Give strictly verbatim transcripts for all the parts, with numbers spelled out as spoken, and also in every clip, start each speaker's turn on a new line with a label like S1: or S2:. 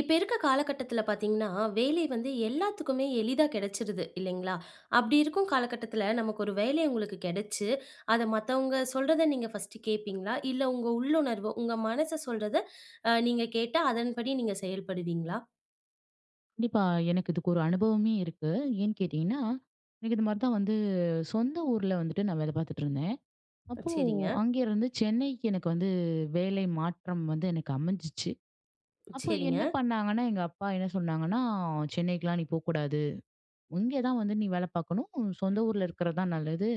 S1: இப்ப இருக்க காலகட்டத்துல பார்த்தீங்கன்னா, வேலை வந்து எல்லாத்துக்குமே எளிதா கிடைச்சிருது இல்லைங்களா? அப்படி இருக்கும் காலகட்டத்துல நமக்கு ஒரு வேலை உங்களுக்கு கிடைச்சு, அத மத்தவங்க சொல்றத நீங்க ஃபர்ஸ்ட்டு கேட்பீங்களா? இல்ல உங்க உள்ளுணர்வு, உங்க மனசு சொல்றத அ நீங்க கேட்டு அதன்படி நீங்க செயல்படுவீங்களா?
S2: கண்டிப்பா. எனக்கு இதுக்கு ஒரு அனுபவமே இருக்கு. ஏன்னு கேட்டீங்கன்னா, எனக்கு இது மாரி தான் வந்து சொந்த ஊர்ல வந்துட்டு நான் வேலை பார்த்துட்டு இருந்தேன். அப்போ
S1: சரிங்க,
S2: அங்கேருந்து சென்னைக்கு எனக்கு வந்து வேலை மாற்றம் வந்து எனக்கு அமைஞ்சிச்சு. அப்போ
S1: சரிங்க.
S2: என்ன பண்ணாங்கன்னா, எங்க அப்பா என்ன சொன்னாங்கன்னா, "சென்னைக்குலாம் நீ போக்கூடாது. இங்கே தான் வந்து நீ வேலை பார்க்கணும். சொந்த ஊர்ல இருக்கிறது தான் நல்லது."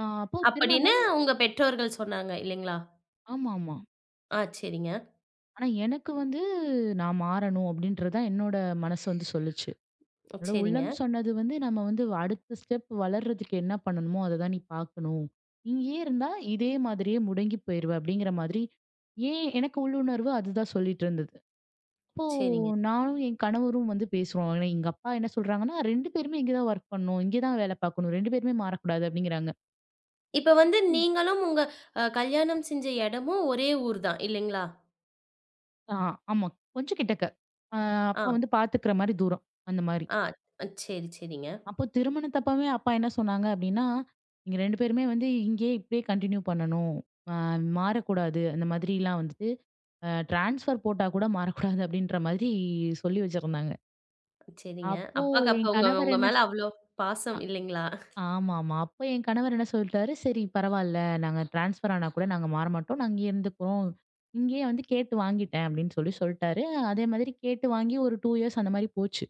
S2: அ அப்போ
S1: அப்படின்னு
S2: திருமணமாகி
S1: உங்க பெற்றோர்கள் சொன்னாங்க இல்லைங்களா?
S2: ஆமாமா.
S1: ஆ, சரிங்க,
S2: ஆனா எனக்கு வந்து நான் மாறணும் அப்படின்றது தான் என்னோட மனசு வந்து சொல்லுச்சு. என்னோட
S1: சரிங்க,
S2: உள்ளம் சொன்னது வந்து நம்ம வந்து அடுத்த ஸ்டெப் வளர்றதுக்கு என்ன பண்ணணுமோ அதை தான் நீ பார்க்கணும். இங்கேயே இருந்தா இதே மாதிரியே முடங்கி போயிருவ அப்படிங்கிற மாதிரி, ஏன் எனக்கு உள்ளுணர்வு அதுதான் சொல்லிட்டு இருந்தது. அப்போ
S1: சரிங்க.
S2: நானும் என் கணவரும் வந்து பேசுறோம். ஆனா எங்க அப்பா என்ன சொல்றாங்கன்னா, ரெண்டு பேருமே இங்க தான் வொர்க் பண்ணணும். இங்க தான் வேலை பார்க்கணும். ரெண்டு பேருமே மாறக்கூடாது அப்படிங்கிறாங்க.
S1: இப்ப வந்து நீங்களும் உங்க அ கல்யாணம் செஞ்ச இடமும் ஒரே ஊர் தான் இல்லைங்களா?
S2: ஆ ஆமா. கொஞ்சம் கிட்டக்க. ஆ
S1: ஆ,
S2: அப்பா வந்து பார்த்துக்கிற மாரி தூரம். அந்த மாரி.
S1: ஆ. சரி, சரிங்க.
S2: அப்போ திருமணத்தப்பவே அப்பா என்ன சொன்னாங்க அப்டின்னா, "நீங்க ரெண்டு பேருமே வந்து இங்கேயே இப்படியே கன்டின்யூ பண்ணணும். அ மாறக்கூடாது. அந்த மாதிரிலாம் வந்துட்டு அ ட்ரான்ஸ்ஃபர் போட்டா கூட மாறக்கூடாது." அப்படின்ற மாதிரி சொல்லி வச்சிருந்தாங்க.
S1: சரிங்க.
S2: அப்போ
S1: அப்பாக்கு அப்ப
S2: என்
S1: உங்க
S2: கணவர்
S1: உங்க
S2: என்ன
S1: மேல
S2: ஸ்
S1: அவ்ளோ
S2: அ
S1: பாசம் இல்லைங்களா?
S2: ஆமாமா. அப்போ என் கணவர் என்ன சொல்லிட்டாரு, "சரி பரவால்ல. நாங்க ட்ரான்ஸ்ஃபர் ஆனா கூட நாங்க மாற மாட்டோம். நான் இங்கேயே இருந்துக்குறோம். இங்கேயே வந்து கேட்டு வாங்கிட்டேன்." அப்படின்னு சொல்லி சொல்ட்டாரு. அதே மாதிரி கேட்டு வாங்கி ஒரு இரண்டு இயர்ஸ் அந்த மாரி போச்சு.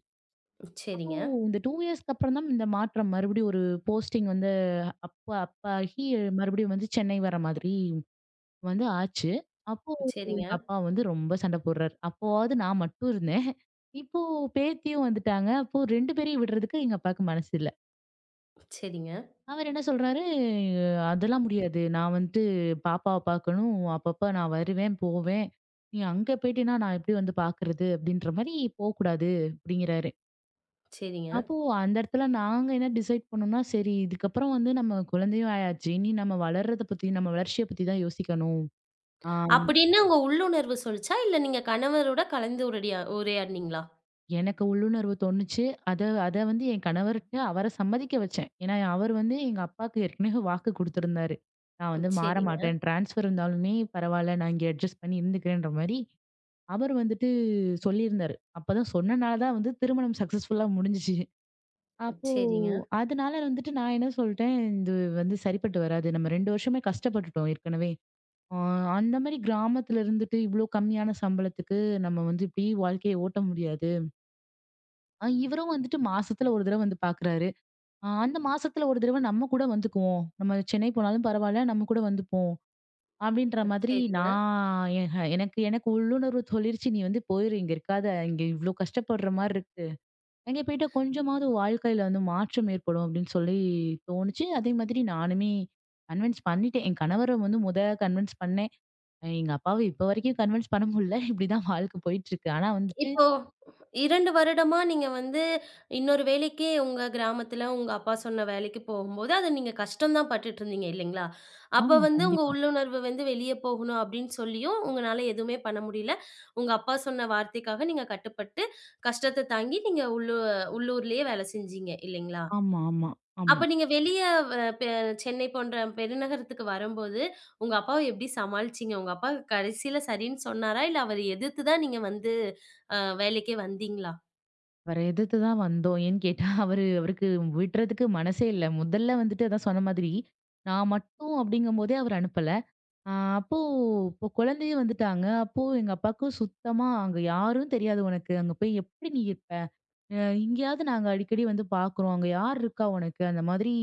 S2: அப்போ
S1: சரிங்க,
S2: இந்த இரண்டு இயர்ஸ்க்கு அப்புறம் தான் இந்த மாற்றம் மறுபடியும் ஒரு போஸ்டிங் வந்து அப்ப அப்ப ஆகி மறுபடியும் வந்து சென்னை வர மாதிரி வந்து ஆச்சு. அப்போ
S1: சரிங்க,
S2: எங்க அப்பா வந்து ரொம்ப சண்டை போடுறாரு. அப்போவாவது நான் மட்டும் இருந்தேன். இப்போ பேத்தியும் வந்துட்டாங்க. அப்போ ரெண்டு பேரையும் விடுறதுக்கு எங்க அப்பாவுக்கு மனசு இல்ல.
S1: சரிங்க,
S2: அவர் என்ன சொல்றாரு, "அதெல்லாம் முடியாது. நான் வந்துட்டு பாப்பாவ பார்க்கணும். அப்பப்ப நான் வருவேன், போவேன். நீ அங்க போயிட்டேன்னா நான் எப்படி வந்து பார்க்கறது?" அப்படின்ற மாரி போக்கூடாது அப்படிங்கிறாரு.
S1: சரிங்க.
S2: அப்போ அந்த இடத்துல நாங்க என்ன டிசைட் பண்ணோம்னா, சரி இதுக்கப்புறம் வந்து நம்ம குழந்தையும் ஆயாச்சு. இனி நம்ம வளர்றத பத்தி, நம்ம வளர்ச்சிய பத்தி தான் யோசிக்கணும். ஆ
S1: அப்படின்னு உங்க உள்ளுணர்வு சொல்லுச்சா? இல்ல நீங்க கணவரோட கலந்து உரையா உரையாடினீங்களா?
S2: எனக்கு உள்ளுணர்வு தோணுச்சு. அத அத வந்து என் கணவர்ட்ட அவர சம்மதிக்க வச்சேன். ஏன்னா, அவர் வந்து எங்க அப்பாக்கு ஏற்கனவே வாக்கு குடுத்திருந்தாரு. நான் வந்து மாற
S1: சரிங்க,
S2: மாட்டேன். ட்ரான்ஸ்ஃபர் இருந்தாலுமே பரவால்ல. நான் இங்க அட்ஜஸ்ட் பண்ணி இருந்துக்கிறேன்ற மாரி அவர் வந்துட்டு சொல்லியிருந்தாரு. அப்பதான் சொன்னனால தான் வந்து திருமணம் சக்சஸ்ஃபுல்லா முடிஞ்சுச்சு. அப்போ
S1: சரிங்க,
S2: அதனால வந்துட்டு நான் என்ன சொல்லிட்டேன், "இது வந்து சரிப்பட்டு வராது. நம்ம ரெண்டு வருஷமே கஷ்டப்பட்டுட்டோம் ஏற்கனவே. அ அந்த மாரி கிராமத்துல இருந்துட்டு இவ்ளோ கம்மியான சம்பளத்துக்கு நம்ம வந்து இப்டி வாழ்க்கைய ஓட்ட முடியாது. அ இவரும் வந்துட்டு மாசத்துல ஒரு தடவ வந்து பார்க்குறாரு. அ அந்த மாசத்துல ஒரு தடவ நம்ம கூட வந்துக்குவோம். நம்ம சென்னை போனாலும் பரவால்ல, நம்ம கூட வந்துப்போம்." அப்டின்ற மாதிரி
S1: சரிங்க.
S2: நான் எ எனக்கு எனக்கு உள்ளுணர்வு சொல்லிருச்சு, "நீ வந்து போயிரு. இங்க இருக்காத. இங்க இவ்ளோ கஷ்டப்படுற மாரி இருக்கு." அங்கே போயிட்டா கொஞ்சமாவது வாழ்க்கையில வந்து மாற்றம் ஏற்படும் அப்படின்னு சொல்லி தோணுச்சு. அதே மாதிரி நானுமே கன்வின்ஸ் பண்ணிட்டேன். என் கணவர வந்து முத கன்வின்ஸ் பண்ணேன். அஹ் எங்க அப்பாவ இப்ப வரைக்கும் கன்வின்ஸ் பண்ண முடியல. இப்படிதான் வாழ்க்கை போயிட்டுருக்கு. ஆனா வந்துட்டு
S1: இப்போ இரண்டு வருடமா நீங்க வந்து இன்னொரு வேலைக்கு உங்க கிராமத்துல உங்க அப்பா சொன்ன வேலைக்கு போகும்போது, அத நீங்க கஷ்டம் தான் பட்டுட்டு இருந்தீங்க இல்லைங்களா? அப்ப
S2: ஆமா,
S1: வந்து உங்க
S2: கண்டிப்பா.
S1: உள்ளுணர்வு வந்து வெளிய போகணும் அப்படின்னு சொல்லியும் உங்கனால எதுவுமே பண்ண முடியல. உங்க அப்பா சொன்ன வார்த்தைக்காக நீங்க கட்டுப்பட்டு, கஷ்டத்த தாங்கி நீங்க உள்ளூ உள்ளூர்லயே வேலை செஞ்சீங்க இல்லைங்களா?
S2: ஆமா, ஆமா,
S1: அப்ப
S2: ஆமா.
S1: நீங்க வெளிய அ பெ சென்னை போன்ற பெருநகரத்துக்கு வரும்போது, உங்க அப்பாவ எப்படி சமாளிச்சீங்க? உங்க அப்பா கடைசியில சரின்னு சொன்னாரா? இல்ல அவரு எதிர்த்து தான் நீங்க வந்து அ வேலைக்கே வந்தீங்களா?
S2: அவர எதிர்த்து தான் வந்தோம். ஏன்னு கேட்டா அவரு அவருக்கு விடுறதுக்கு மனசே இல்ல. முதல்ல வந்துட்டு அதான் சொன்ன மாதிரி, நான் மட்டும் அப்படிங்கும்போதே அவரு அனுப்பல. அ அப்போ இப்போ குழந்தையும் வந்துட்டாங்க. அப்போ எங்க அப்பாவுக்கு சுத்தமா "அங்க யாரும் தெரியாது உனக்கு. அங்க போய் எப்படி நீ இருப்ப?" அ இங்கேயாவது நாங்க அடிக்கடி வந்து பார்க்குறோம். "அங்க யார் இருக்கா உனக்கு?" அந்த மாதிரி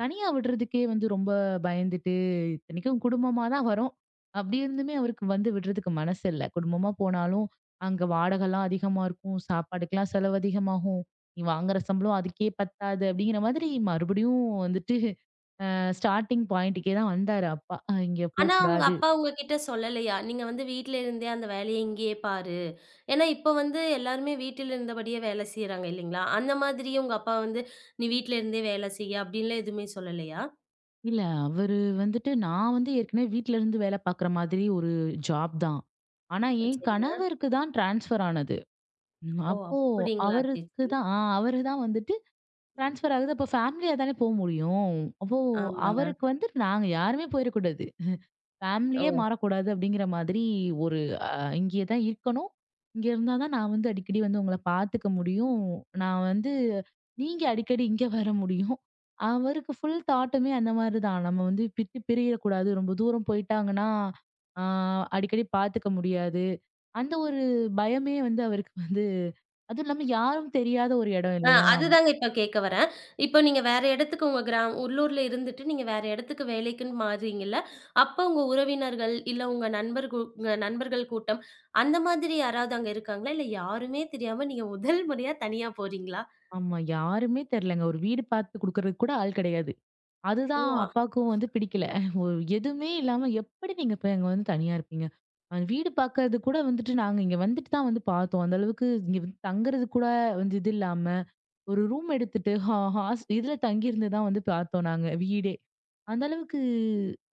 S2: தனியா விடுறதுக்கே வந்து ரொம்ப பயந்துட்டு, இத்தனைக்கும் குடும்பமா தான் வரோம். அப்படி இருந்துமே அவருக்கு வந்து விடுறதுக்கு மனசு இல்ல. குடும்பமா போனாலும் அங்க வாடகைலாம் அதிகமா இருக்கும். சாப்பாடுக்கெல்லாம் செலவு அதிகமாகும். நீ வாங்குற சம்பளம் அதுக்கே பத்தாது. அப்படிங்கிற மாதிரி மறுபடியும் வந்துட்டு அ ஸ்டார்ட்டிங் பாயிண்ட்டுக்கே தான் வந்தாரு அப்பா. அஹ் "இங்க
S1: ஆனா உங்க
S2: போக்கூடாது."
S1: அப்பா உங்ககிட்ட சொல்லலையா? நீங்க வந்து வீட்ல இருந்தே அந்த வேலைய இங்கேயே பாரு. ஏன்னா இப்ப வந்து எல்லாருமே வீட்டில இருந்தபடியே வேலை செய்றாங்க இல்லைங்களா? அந்த மாதிரி உங்க அப்பா வந்து, "நீ வீட்ல இருந்தே வேலை செய்யி" அப்படின்லாம் எதுவுமே சொல்லலையா?
S2: இல்ல அவரு வந்துட்டு நான் வந்து ஏற்கனவே வீட்ல இருந்து வேலை பார்க்குற மாதிரி ஒரு ஜாப் தான். ஆனா, என்
S1: சரிங்க.
S2: கணவருக்கு தான் ட்ரான்ஸ்ஃபர் ஆனது. ம்,
S1: ஓ!
S2: அப்போ
S1: அப்படிங்களா? சரி,
S2: அவருக்கு
S1: சரி.
S2: தான் ஆ அவரு தான் வந்துட்டு ட்ரான்ஸ்ஃபர் ஆகுது. அப்போ ஃபேமிலியா தானே போ முடியும். அப்போ
S1: ஆமாங்க.
S2: அவருக்கு வந்து நாங்க யாருமே போயிறக்கூடாது.
S1: ஓ!
S2: ஃபேமிலியே மாறக்கூடாது அப்படிங்கிற மாதிரி ஒரு அ இங்கேயே தான் இருக்கணும். இங்க இருந்தா தான் நான் வந்து அடிக்கடி வந்து உங்கள பார்த்துக்க முடியும். நான் வந்து நீங்க அடிக்கடி இங்க வர முடியும். அவருக்கு ஃபுல் தாட்டுமே அந்த மாரி தான். நம்ம வந்து விட்டு பிரியக்கூடாது. ரொம்ப தூரம் போயிட்டாங்கன்னா, ஆ அடிக்கடி பார்த்துக்க முடியாது. அந்த ஒரு பயமே வந்து அவருக்கு வந்து அதுவும் இல்லாம யாரும் தெரியாத ஒரு இடம்
S1: ஆ,
S2: இல்லையா?
S1: அதுதாங்க இப்ப கேட்க வரேன். இப்ப நீங்க வேற இடத்துக்கு உங்க கிரா உள்ளூர்ல இருந்துட்டு நீங்க வேற இடத்துக்கு வேலைக்குன்னு மாறுறீங்கல்ல. அப்ப உங்க உறவினர்கள், இல்ல உங்க நண்பர் கூ உங்க நண்பர்கள் கூட்டம் அந்த மாதிரி யாராவது அங்க இருக்காங்களா? இல்ல யாருமே தெரியாம நீங்க முதல் முறையா தனியா போறீங்களா?
S2: ஆமா. யாருமே தெரியலங்க. ஒரு வீடு பார்த்து குடுக்குறதுக்கு கூட ஆள் கிடையாது.
S1: ஓ!
S2: அதுதான்
S1: அ-
S2: அப்பாவுக்கும் வந்து பிடிக்கல. ஒரு எதுவுமே இல்லாம எப்படி நீங்க இப்ப அங்க வந்து தனியா இருப்பீங்க? அந்த வீடு பார்க்கறது கூட வந்துட்டு நாங்க இங்க வந்துட்டு தான் வந்து பார்த்தோம். அந்த அளவுக்கு இங்க வந்து தங்குறது கூட வந்து இது இல்லாம, ஒரு ரூம் எடுத்துட்டு ஹா ஹாஸ் இதுல தங்கியிருந்து தான் வந்து பார்த்தோம் நாங்க வீடே. அந்த அளவுக்கு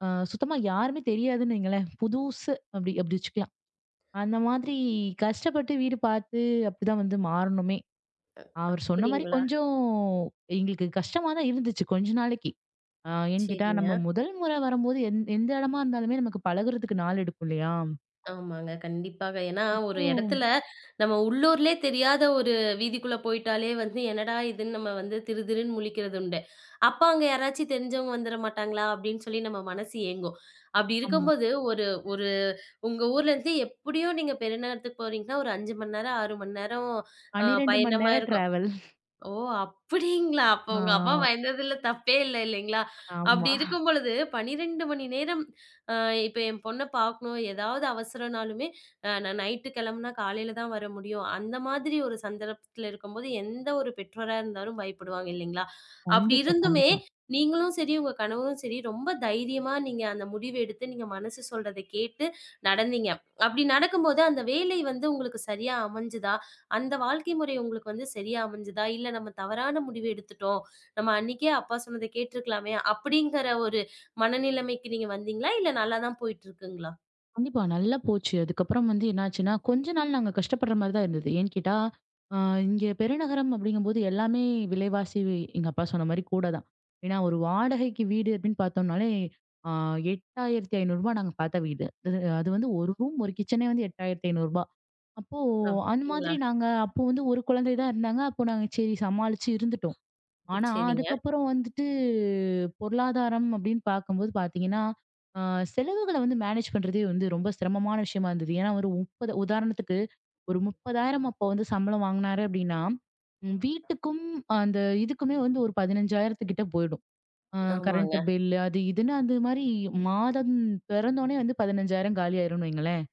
S2: அ சுத்தமா யாருமே தெரியாதுன்னு வைங்களேன். புதுசு அப்படி அப்படி வச்சுக்கலாம். அந்த மாதிரி கஷ்டப்பட்டு வீடு பார்த்து அப்படிதான் வந்து மாறணுமே! அவர் சொன்ன மாரி
S1: அப்படிங்களா?
S2: கொஞ்சம் எங்களுக்கு கஷ்டமா தான் இருந்துச்சு கொஞ்ச நாளைக்கு. ஆ ஏன்னு கேட்டா,
S1: சரிங்க.
S2: நம்ம முதல் முறை வரும்போது எந் எந்த இடமா இருந்தாலுமே நமக்கு பழகுறதுக்கு நாள் எடுக்கும் இல்லையா?
S1: ஆமாங்க. கண்டிப்பாக. ஏன்னா, ஒரு
S2: அப்போ
S1: இடத்துல நம்ம உள்ளூர்லயே தெரியாத ஒரு வீதிக்குள்ள போயிட்டாலே வந்து, "என்னடா இதுன்னு?" நம்ம வந்து திருதிருன்னு முழிக்கிறது உண்டு. "அப்ப அங்க யாராச்சும் தெரிஞ்சவங்க வந்துற மாட்டாங்களா?" அப்படின்னு சொல்லி நம்ம மனசு ஏங்கும். அப்படி
S2: ஆமா.
S1: இருக்கும்போது, ஒரு ஒரு உங்க ஊர்ல இருந்து எப்படியும் நீங்க பெருநகரத்துக்கு போறீங்கன்னா, ஒரு ஐந்து மணி நேரம், ஆறு மணி நேரம் அ
S2: பன்னிரண்டு மணி
S1: பயணமா
S2: நேரம்
S1: இருக்கும்.
S2: டிராவல்.
S1: ஓ! அப்படிங்களா? அப்ப
S2: ஆ
S1: உங்க அப்பா பயந்ததுல தப்பே இல்ல இல்லைங்களா? அப்படி
S2: ஆமா.
S1: இருக்கும் பொழுது பன்னிரண்டு மணி நேரம் அ இப்ப என் பொண்ண பார்க்கணும், ஏதாவது அவசரம்னாலுமே அ நான் நைட்டு கிளம்புனா காலையில தான் வர முடியும். அந்த மாதிரி ஒரு சந்தர்ப்பத்துல இருக்கும்போது எந்த ஒரு பெற்றோரா இருந்தாலும் பயப்படுவாங்க இல்லைங்களா? அப்படி
S2: கண்டிப்பா,
S1: இருந்துமே
S2: கண்டிப்பா.
S1: நீங்களும் சரி, உங்க கணவரும் சரி ரொம்ப தைரியமா நீங்க அந்த முடிவு எடுத்து நீங்க மனசு சொல்றத கேட்டு நடந்தீங்க. அப்படி நடக்கும்போது அந்த வேலை வந்து உங்களுக்கு சரியா அமைஞ்சுதா? அந்த வாழ்க்கை முறை உங்களுக்கு வந்து சரியா அமைஞ்சுதா? இல்ல நம்ம தவறான முடிவு எடுத்துட்டோம். நம்ம அன்னைக்கே அப்பா சொன்னத கேட்டுருக்கலாமே! அப்படிங்கிற ஒரு மனநிலைமைக்கு நீங்க வந்தீங்களா? இல்ல நல்லா தான் போயிட்டுருக்குங்களா?
S2: கண்டிப்பா. நல்லா போச்சு. அதுக்கப்புறம் வந்து என்னாச்சுன்னா, கொஞ்ச நாள் நாங்க கஷ்டப்படுற மாரி தான் இருந்தது. ஏன்னு கேட்டா, அ இங்க பெருநகரம் அப்படிங்கும்போது எல்லாமே விலைவாசி எங்க அப்பா சொன்ன மாரி கூட தான். ஏன்னா, ஒரு வாடகைக்கு வீடு அப்படின்னு பார்த்தோம்னாலே, ஆ ரூ. எட்டாயிரத்தி ஐந்நூறு நாங்க பார்த்த வீடு. அது அது வந்து ஒரு ரூம், ஒரு கிச்சனே வந்து ரூ. எட்டாயிரத்தி ஐந்நூறு அப்போ அந்த
S1: அப்படிங்களா?
S2: மாதிரி நாங்க அப்போ வந்து ஒரு குழந்தை தான் இருந்தாங்க. அப்போ நாங்க சரி சமாளிச்சு இருந்துட்டோம். ஆனா,
S1: சரிங்க.
S2: அதுக்கப்புறம் வந்துட்டு பொருளாதாரம் அப்படின்னு பார்க்கும்போது பார்த்தீங்கன்னா, அ செலவுகள வந்து மேனேஜ் பண்றதே வந்து ரொம்ப சிரமமான விஷயமா இருந்தது. ஏன்னா, ஒரு முப்பது உதாரணத்துக்கு ஒரு முப்பதாயிரம் அப்போ வந்து சம்பளம் வாங்குனாரு அப்படின்னா, ம் வீட்டுக்கும் அந்த இதுக்குமே வந்து ஒரு பதினைந்தாயிரம் கிட்ட போயிடும். அ கரண்ட்
S1: ஆமாங்க.
S2: பில் அது இதுன்னு அது மாரி மாதம் பிறந்தோனே வந்து பதினைந்தாயிரம் காலியாயிரும்னு வைங்களேன்.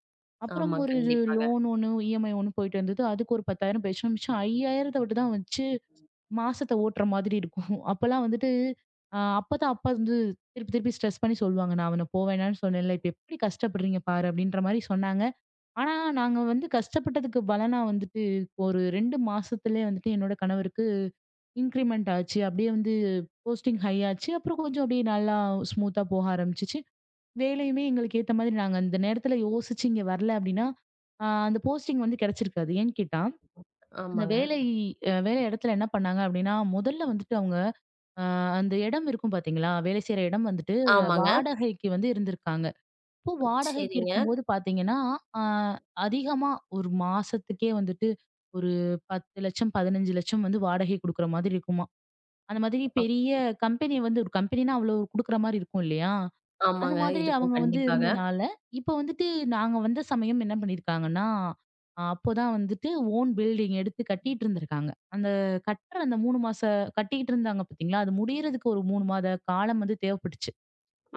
S2: அப்புறம்
S1: ஆமா.
S2: ஒரு
S1: கண்டிப்பாக.
S2: லோன் ஒண்ணு, இஎம்ஐ ஒண்ணு போயிட்டு இருந்தது. அதுக்கு ஒரு பத்தாயிரம் போயிடுச்சுனா மிச்சம் 5,000த்த மட்டும் தான் வச்சு மாசத்த ஓட்டுற மாதிரி இருக்கும். அப்பலாம் வந்துட்டு அ அப்பதான் அப்பா வந்து திருப்பி, திருப்பி ஸ்ட்ரெஸ் பண்ணி சொல்லுவாங்க. "நான் அவன போ வேணான்னு சொன்னேன்ல, இப்ப எப்படி கஷ்டப்படுறீங்க பாரு" அப்படின்ற மாரி சொன்னாங்க. ஆனா, நாங்க வந்து கஷ்டப்பட்டதுக்கு பலனா வந்துட்டு ஒரு ரெண்டு மாசத்துலயே வந்துட்டு என்னோட கணவருக்கு இன்கிரிமெண்ட் ஆச்சு. அப்படியே வந்து போஸ்டிங் ஹை ஆச்சு. அப்புறம் கொஞ்சம் அப்படியே நல்லா ஸ்மூத்தா போக ஆரம்பிச்சுச்சு. வேலையுமே எங்களுக்கு ஏத்த மாதிரி நாங்க அந்த நேரத்துல யோசிச்சு இங்க வரல அப்படின்னா, அ அந்த போஸ்டிங் வந்து கிடைச்சிருக்காது. ஏன்னு கேட்டா அந்த
S1: ஆமாங்க.
S2: வேலை அ வேலை இடத்துல என்ன பண்ணாங்க அப்டின்னா, முதல்ல வந்துட்டு அவங்க அ அந்த இடம் இருக்கும் பார்த்தீங்களா? வேலை செய்ற இடம் வந்துட்டு
S1: ஆமாங்க.
S2: வாடகைக்கு வந்து இருந்திருக்காங்க. இப்போ வாடகைக்கு
S1: சரிங்க.
S2: இருக்கும்போது பார்த்தீங்கன்னா, அ அதிகமா ஒரு மாசத்துக்கே வந்துட்டு ஒரு பத்து லட்சம்,00,000 பதினைந்து லட்சம்,00,000 வந்து வாடகை குடுக்குற மாதிரி இருக்குமாம். அந்த மாதிரி
S1: அப்
S2: பெரிய கம்பெனி வந்து ஒரு கம்பெனினா அவ்வளோ குடுக்குற மாரி இருக்கும் இல்லையா? அந்த
S1: ஆமாங்க.
S2: மாதிரி
S1: இருக்கும்.
S2: அவங்க வந்து
S1: கண்டிப்பாக.
S2: இருந்தனால, இப்ப வந்துட்டு நாங்க வந்த சமயம் என்ன பண்ணியிருக்காங்கன்னா, அ அப்போதான் வந்துட்டு ஓன் பில்டிங் எடுத்து கட்டிட்டு இருந்திருக்காங்க. அந்த கட்டுற அந்த மூணு மாச கட்டிக்கிட்டு இருந்தாங்க பார்த்தீங்களா, அது முடியறதுக்கு ஒரு மூணு மாத காலம் வந்து தேவைப்பட்டுச்சு.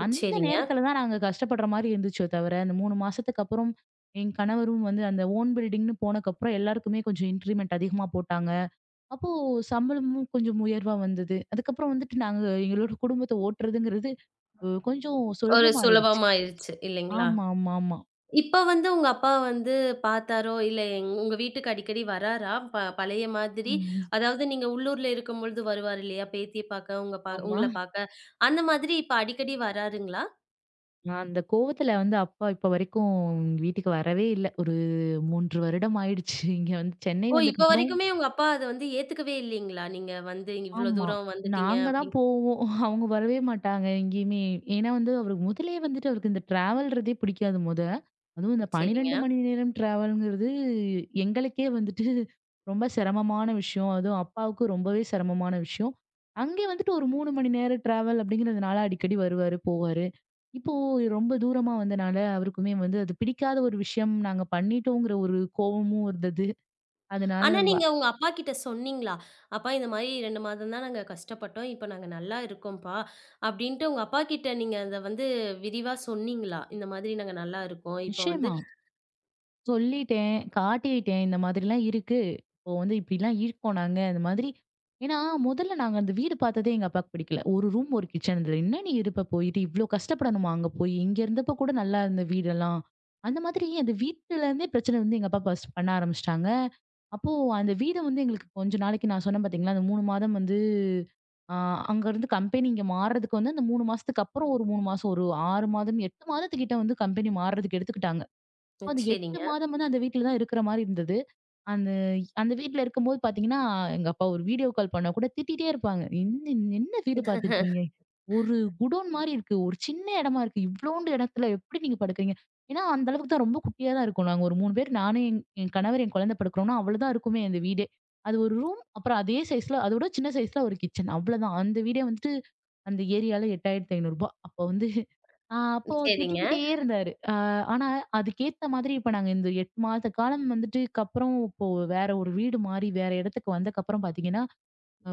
S2: அந்த
S1: சரிங்க.
S2: நேரத்துல தான் நாங்க கஷ்டப்படுற மாரி இருந்துச்சோ தவிர, அந்த மூணு மாசத்துக்கு அப்புறம் என் கணவரும் வந்து அந்த ஓன் பில்டிங்ன்னு போனக்கப்புறம் எல்லாருக்குமே கொஞ்சம் இன்கிரிமெண்ட் அதிகமா போட்டாங்க. அப்போ சம்பளமும் கொஞ்சம் உயர்வா வந்தது. அதுக்கப்புறம் வந்துட்டு நாங்க எங்களோட குடும்பத்த ஓட்டுறதுங்கிறது அ கொஞ்சம்
S1: ஒரு
S2: சுலபமாயிருச்சு.
S1: சுலபமாயிருச்சு இல்லைங்களா?
S2: ஆமா, ஆமா, ஆமா.
S1: இப்ப வந்து உங்க அப்பா வந்து பார்த்தாரோ, இல்ல எங் உங்க வீட்டுக்கு அடிக்கடி வராரா? ப பழைய மாதிரி
S2: ம்.
S1: அதாவது நீங்க உள்ளூர்ல இருக்கும்பொழுது வருவாரு இல்லையா? பேத்திய பார்க்க, உங்க பா
S2: ஆமா.
S1: உங்கள பார்க்க. அந்த மாதிரி இப்ப அடிக்கடி வராருங்களா?
S2: நான் அந்த கோவத்துல வந்து அப்பா இப்ப வரைக்கும் வீட்டுக்கு வரவே இல்ல. ஒரு மூன்று வருடம் ஆயிடுச்சு. இங்க வந்து சென்னை
S1: ஓ! இப்ப
S2: வந்ததுக்கப்புறம்
S1: வரைக்குமே உங்க அப்பா அத வந்து ஏத்துக்கவே இல்லைங்களா? நீங்க வந்து இவ்ளோ
S2: ஆமா.
S1: தூரம் வந்துட்டீங்க
S2: நாங்க தான்
S1: அப்படின்னு.
S2: போவோம். அவங்க வரவே மாட்டாங்க எங்கேயுமே. ஏன்னா வந்து அவருக்கு முதலே வந்துட்டு அவருக்கு இந்த டிராவல்றதே பிடிக்காது மொத. அதுவும் இந்த
S1: சரிங்க.
S2: பன்னிரண்டு மணி நேரம் டிராவல்ங்கிறது எங்களுக்கே வந்துட்டு ரொம்ப சிரமமான விஷயம். அதுவும் அப்பாவுக்கு ரொம்பவே சிரமமான விஷயம். அங்கே வந்துட்டு ஒரு மூணு மணி நேர டிராவல் அப்படிங்கிறதுனால அடிக்கடி வருவாரு, போவாரு. இப்போ ரொம்ப தூரமா வந்தனால அவருக்குமே வந்து அது பிடிக்காத ஒரு விஷயம் நாங்க பண்ணிட்டோங்கிற ஒரு கோவமும் இருந்தது. அதனால
S1: ஆனா
S2: வ
S1: நீங்க உங்க அப்பா கிட்ட சொன்னீங்களா? "அப்பா இந்த மாரி இரண்டு மாதம் தான் நாங்க கஷ்டப்பட்டோம். இப்ப நாங்க நல்லா இருக்கோம்ப்பா." அப்படின்ட்டு உங்க அப்பா கிட்ட நீங்க அத வந்து விரிவா சொன்னீங்களா? "இந்த மாதிரி நாங்க நல்லா இருக்கோம். இப்ப வந்து
S2: நிச்சயமா. சொல்லிட்டேன், காட்டிட்டேன். இந்த மாதிரிலாம் இருக்கு. இப்போ வந்து இப்படிலாம் இருக்கோம் நாங்க. அந்த மாதிரி ஏன்னா, முதல்ல நாங்க அந்த வீடு பார்த்ததே எங்க அப்பாவுக்கு பிடிக்கல. ஒரு ரூம், ஒரு கிச்சன். இதுல என்ன நீ இருப்ப போயிட்டு? இவ்ளோ கஷ்டப்படணுமா அங்க போயி? இங்க இருந்தப்ப கூட நல்லா இருந்த வீடெல்லாம். அந்த மாதிரி அந்த வீட்டுலருந்தே பிரச்சனை வந்து எங்க அப்பா ஃபர்ஸ்ட் பண்ண ஆரம்பிச்சுட்டாங்க. அப்போ அந்த வீடு வந்து எங்களுக்கு கொஞ்ச நாளைக்கு நான் சொன்னேன் பார்த்தீங்களா, அந்த மூணு மாதம் வந்து அ அங்கருந்து கம்பெனி இங்க மாறுறதுக்கு வந்து அந்த மூணு மாசத்துக்கு அப்புறம் ஒரு மூணு மாசம், ஒரு ஆறு மாதம், எட்டு மாதத்துக்கிட்ட வந்து கம்பெனி மாறுறதுக்கு எடுத்துக்கிட்டாங்க.
S1: ம்.
S2: அது எட்டு
S1: சரிங்க,
S2: மாதம் வந்து அந்த வீட்ல தான் இருக்கிற மாரி இருந்தது. அந்த அந்த வீட்ல இருக்கும்போது பார்த்தீங்கன்னா, எங்க அப்பா ஒரு வீடியோ கால் பண்ணா கூட திட்டிட்டே இருப்பாங்க. "என்ன என்ன வீடு பார்த்துருக்கீங்க? ஒரு குடோன் மாரி இருக்கு. ஒரு சின்ன இடமா இருக்கு. இவ்ளோண்டு இடத்துல எப்படி நீங்க படுக்கிறீங்க?" ஏன்னா அந்த அளவுக்கு தான் ரொம்ப குட்டியா தான் இருக்கும். நாங்க ஒரு மூணு பேர் நானு, என் என் கணவர், என் குழந்தை படுக்கிறோம்னா, அவ்வளோதான் இருக்குமே அந்த வீடே. அது ஒரு ரூம், அப்புறம் அதே சைஸ்ல அதோட சின்ன சைஸ்ல ஒரு கிச்சன். அவ்வளோதான். அந்த வீடே வந்துட்டு அந்த ஏரியால ரூ. எட்டாயிரத்தி ஐந்நூறு அப்ப வந்து ஆ அப்போ
S1: சரிங்க,
S2: திட்டிக்கிட்டே இருந்தாரு. அ ஆனா அதுக்கேத்த மாதிரி இப்ப நாங்க இந்த எட்டு மாத காலம் வந்துட்டுக்கு அப்புறம் இப்போ வேற ஒரு வீடு மாறி வேற இடத்துக்கு வந்தக்கப்புறம் பார்த்தீங்கன்னா,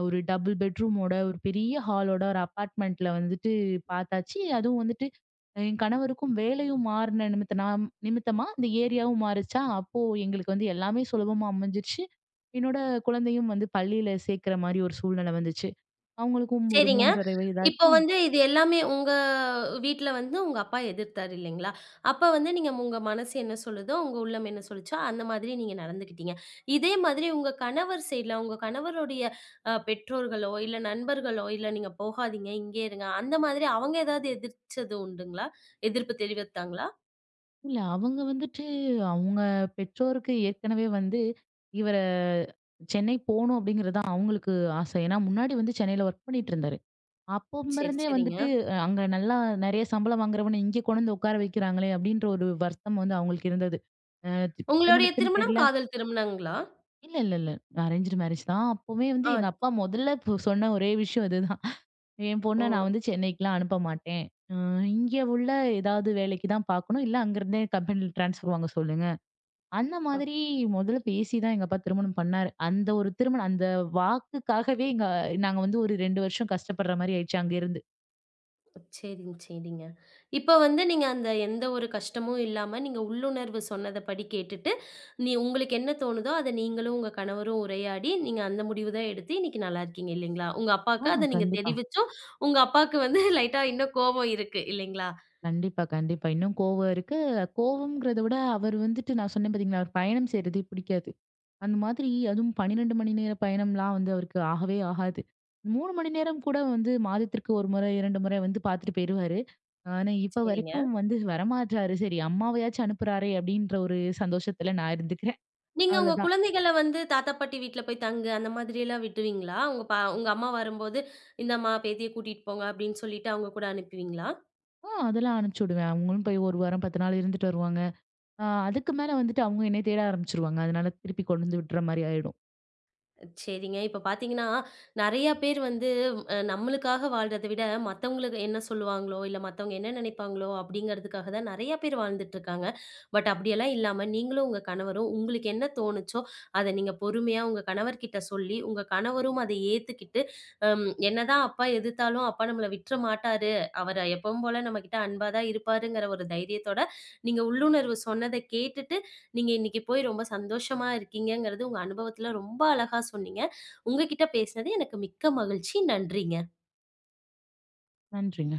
S2: ஒரு டபுள் பெட்ரூமோட ஒரு பெரிய ஹாலோட ஒரு அபார்ட்மெண்ட்ல வந்துட்டு பார்த்தாச்சு. அதுவும் வந்துட்டு அஹ், என் கணவருக்கும் வேலையும் மாறுன நிமித்தனா நிமித்தமா இந்த ஏரியாவும் மாறுச்சா, அப்போ எங்களுக்கு வந்து எல்லாமே சுலபமா அமைஞ்சிருச்சு. என்னோட குழந்தையும் வந்து பள்ளியில சேர்க்கிற மாரி ஒரு சூழ்நிலை வந்துச்சு. அவங்களுக்கும் ஒரு
S1: சரிங்க.
S2: மூன்று அரை
S1: இப்போ
S2: வயதாச்சு.
S1: வந்து இது எல்லாமே உங்க வீட்ல வந்து உங்க அப்பா எதிர்த்தாரு இல்லைங்களா? அப்ப வந்து நீங்க உங்க மனசு என்ன சொல்லுதோ, உங்க உள்ளம் என்ன சொல்லுச்சோ அந்த மாதிரி நீங்க நடந்துக்கிட்டீங்க. இதே மாதிரி உங்க கணவர் சைட்ல உங்க கணவருடைய அ பெற்றோர்களோ, இல்ல நண்பர்களோ, இல்ல நீங்க போகாதீங்க, இங்கேயே இருங்க அந்த மாதிரி அவங்க ஏதாவது எதிர்ச்சது உண்டுங்களா? எதிர்ப்பு தெரிவித்தாங்களா?
S2: இல்ல அவங்க வந்துட்டு அவங்க பெற்றோருக்கு ஏற்கனவே வந்து இவர சென்னை போணும் அப்படிங்கிறது தான் அவங்களுக்கு ஆசை. ஏன்னா முன்னாடி வந்து சென்னையில ஒர்க் பண்ணிட்டு இருந்தாரு.
S1: சரி,
S2: அப்போமிருந்தே
S1: சரிங்க.
S2: வந்துட்டு அஹ், அங்க நல்லா நெறைய சம்பளம் வாங்குறவன இங்க கொண்டு வந்து உட்கார வைக்கிறாங்களே அப்படின்ற ஒரு வருத்தம் வந்து அவங்களுக்கு இருந்தது. அ தி
S1: உங்களுடைய
S2: திருமணத்தின்
S1: திருமணம்
S2: பேர்ல
S1: காதல் திருமணங்களா?
S2: இல்ல, இல்ல, இல்ல. அரேஞ்ச்டு மேரேஜ் தான். அப்பவே வந்து
S1: ஆ.
S2: எங்க அப்பா முதல்ல பு சொன்ன ஒரே விஷயம் இதுதான். என்
S1: ஓ!
S2: பொண்ண நான் வந்து சென்னைக்குலாம் அனுப்ப மாட்டேன். அ இங்க உள்ள ஏதாவது வேலைக்கு தான் பார்க்கணும். இல்ல அங்கிருந்தே கம்பெனில ட்ரான்ஸ்ஃபர் வாங்க சொல்லுங்க. அந்த மாதிரி முதல்ல பேசி தான் எங்க அப்பா திருமணம் பண்ணாரு. அந்த ஒரு திருமணம் அந்த வாக்குக்காகவே எங்க நாங்க வந்து ஒரு ரெண்டு வருஷம் கஷ்டப்படுற மாரி ஆயிடுச்சு அங்க இருந்து.
S1: சரிங்க, சரிங்க. இப்ப வந்து நீங்க அந்த எந்த ஒரு கஷ்டமும் இல்லாம, நீங்க உள்ளுணர்வு சொன்னதபடி கேட்டுட்டு, நீ உங்களுக்கு என்ன தோணுதோ, அத நீங்களும் உங்க கணவரும் உரையாடி, நீங்க அந்த முடிவு தான் எடுத்து இன்னைக்கு நல்லா இருக்கீங்க இல்லைங்களா? உங்க அப்பாக்கு
S2: ஆமா.
S1: அத நீங்க
S2: கண்டிப்பா.
S1: தெரிவிச்சும், உங்க அப்பாக்கு வந்து லைட்டா இன்னும் கோபம் இருக்கு இல்லைங்களா?
S2: கண்டிப்பா, கண்டிப்பா. இன்னும் கோவம் இருக்கு. கோவம்ங்கிறத விட அவர் வந்துட்டு நான் சொன்னேன் பார்த்தீங்களா, அவர் பயணம் செய்றதே பிடிக்காது. அந்த மாதிரி அதுவும் பன்னிரண்டு மணி நேர பயணம்லாம் வந்து அவருக்கு ஆகவே ஆகாது. மூணு மணி நேரம் கூட வந்து மாதத்திற்கு ஒரு முறை, இரண்டு முறை வந்து பார்த்துட்டு போயிருவாரு. ஆனா, இப்ப
S1: சரிங்க.
S2: வரைக்கும் வந்து வரமாட்றாரு. சரி அம்மாவையாச்சும் அனுப்புறாரே! அப்படின்ற ஒரு சந்தோஷத்துல நான் இருந்துக்கிறேன்.
S1: நீங்க உங்க
S2: அவ்வளதான்.
S1: குழந்தைகள வந்து தாத்தா, பாட்டி வீட்ல போய் தங்கு அந்த மாதிரியெல்லாம் விடுவீங்களா? உங்க பா உங்க அம்மா வரும்போது, "இந்தாம்மா பேத்திய கூட்டிட்டு போங்க" அப்படின்னு சொல்லிட்டு அவங்க கூட அனுப்புவீங்களா?
S2: ஆ அதெல்லாம் அனுப்பிச்சு விடுவேன். அவங்களும் போய் ஒரு வாரம் பத்து நாள் இருந்துட்டு வருவாங்க. அ அதுக்கு மேல வந்துட்டு அவங்க என்னைய தேட ஆரம்பிச்சுருவாங்க. அதனால திருப்பி கொண்டு வந்து விட்ற மாரி ஆயிடும்.
S1: சரிங்க. இப்ப பார்த்தீங்கன்னா, நெறையா பேர் வந்து அ நம்மளுக்காக வாழ்றத விட, மத்தவங்களுக்கு என்ன சொல்லுவாங்களோ, இல்ல மத்தவங்க என்ன நினைப்பாங்களோ அப்படிங்கிறதுக்காக தான் நெறையா பேர் வாழ்ந்துட்டுருக்காங்க. பட் அப்படியெல்லாம் இல்லாம, நீங்களும் உங்க கணவரும் உங்களுக்கு என்ன தோணுச்சோ, அத நீங்க பொறுமையா உங்க கணவர்கிட்ட சொல்லி, உங்க கணவரும் அதை ஏத்துக்கிட்டு, "அம் என்னதான் அப்பா எதிர்த்தாலும் அப்பா நம்மள விட்ற மாட்டாரு. அவரு எப்பவும் போல நம்மகிட்ட அன்பா தான் இருப்பாருங்கிற" ஒரு தைரியத்தோட, நீங்க உள்ளுணர்வு சொன்னத கேட்டுட்டு நீங்க இன்னைக்கு போய் ரொம்ப சந்தோஷமா இருக்கீங்கங்கிறது உங்க அனுபவத்துல ரொம்ப அழகா சொன்னீங்க. உங்ககிட்ட பேசினது எனக்கு மிக்க மகிழ்ச்சி. நன்றிங்க.
S2: நன்றிங்க.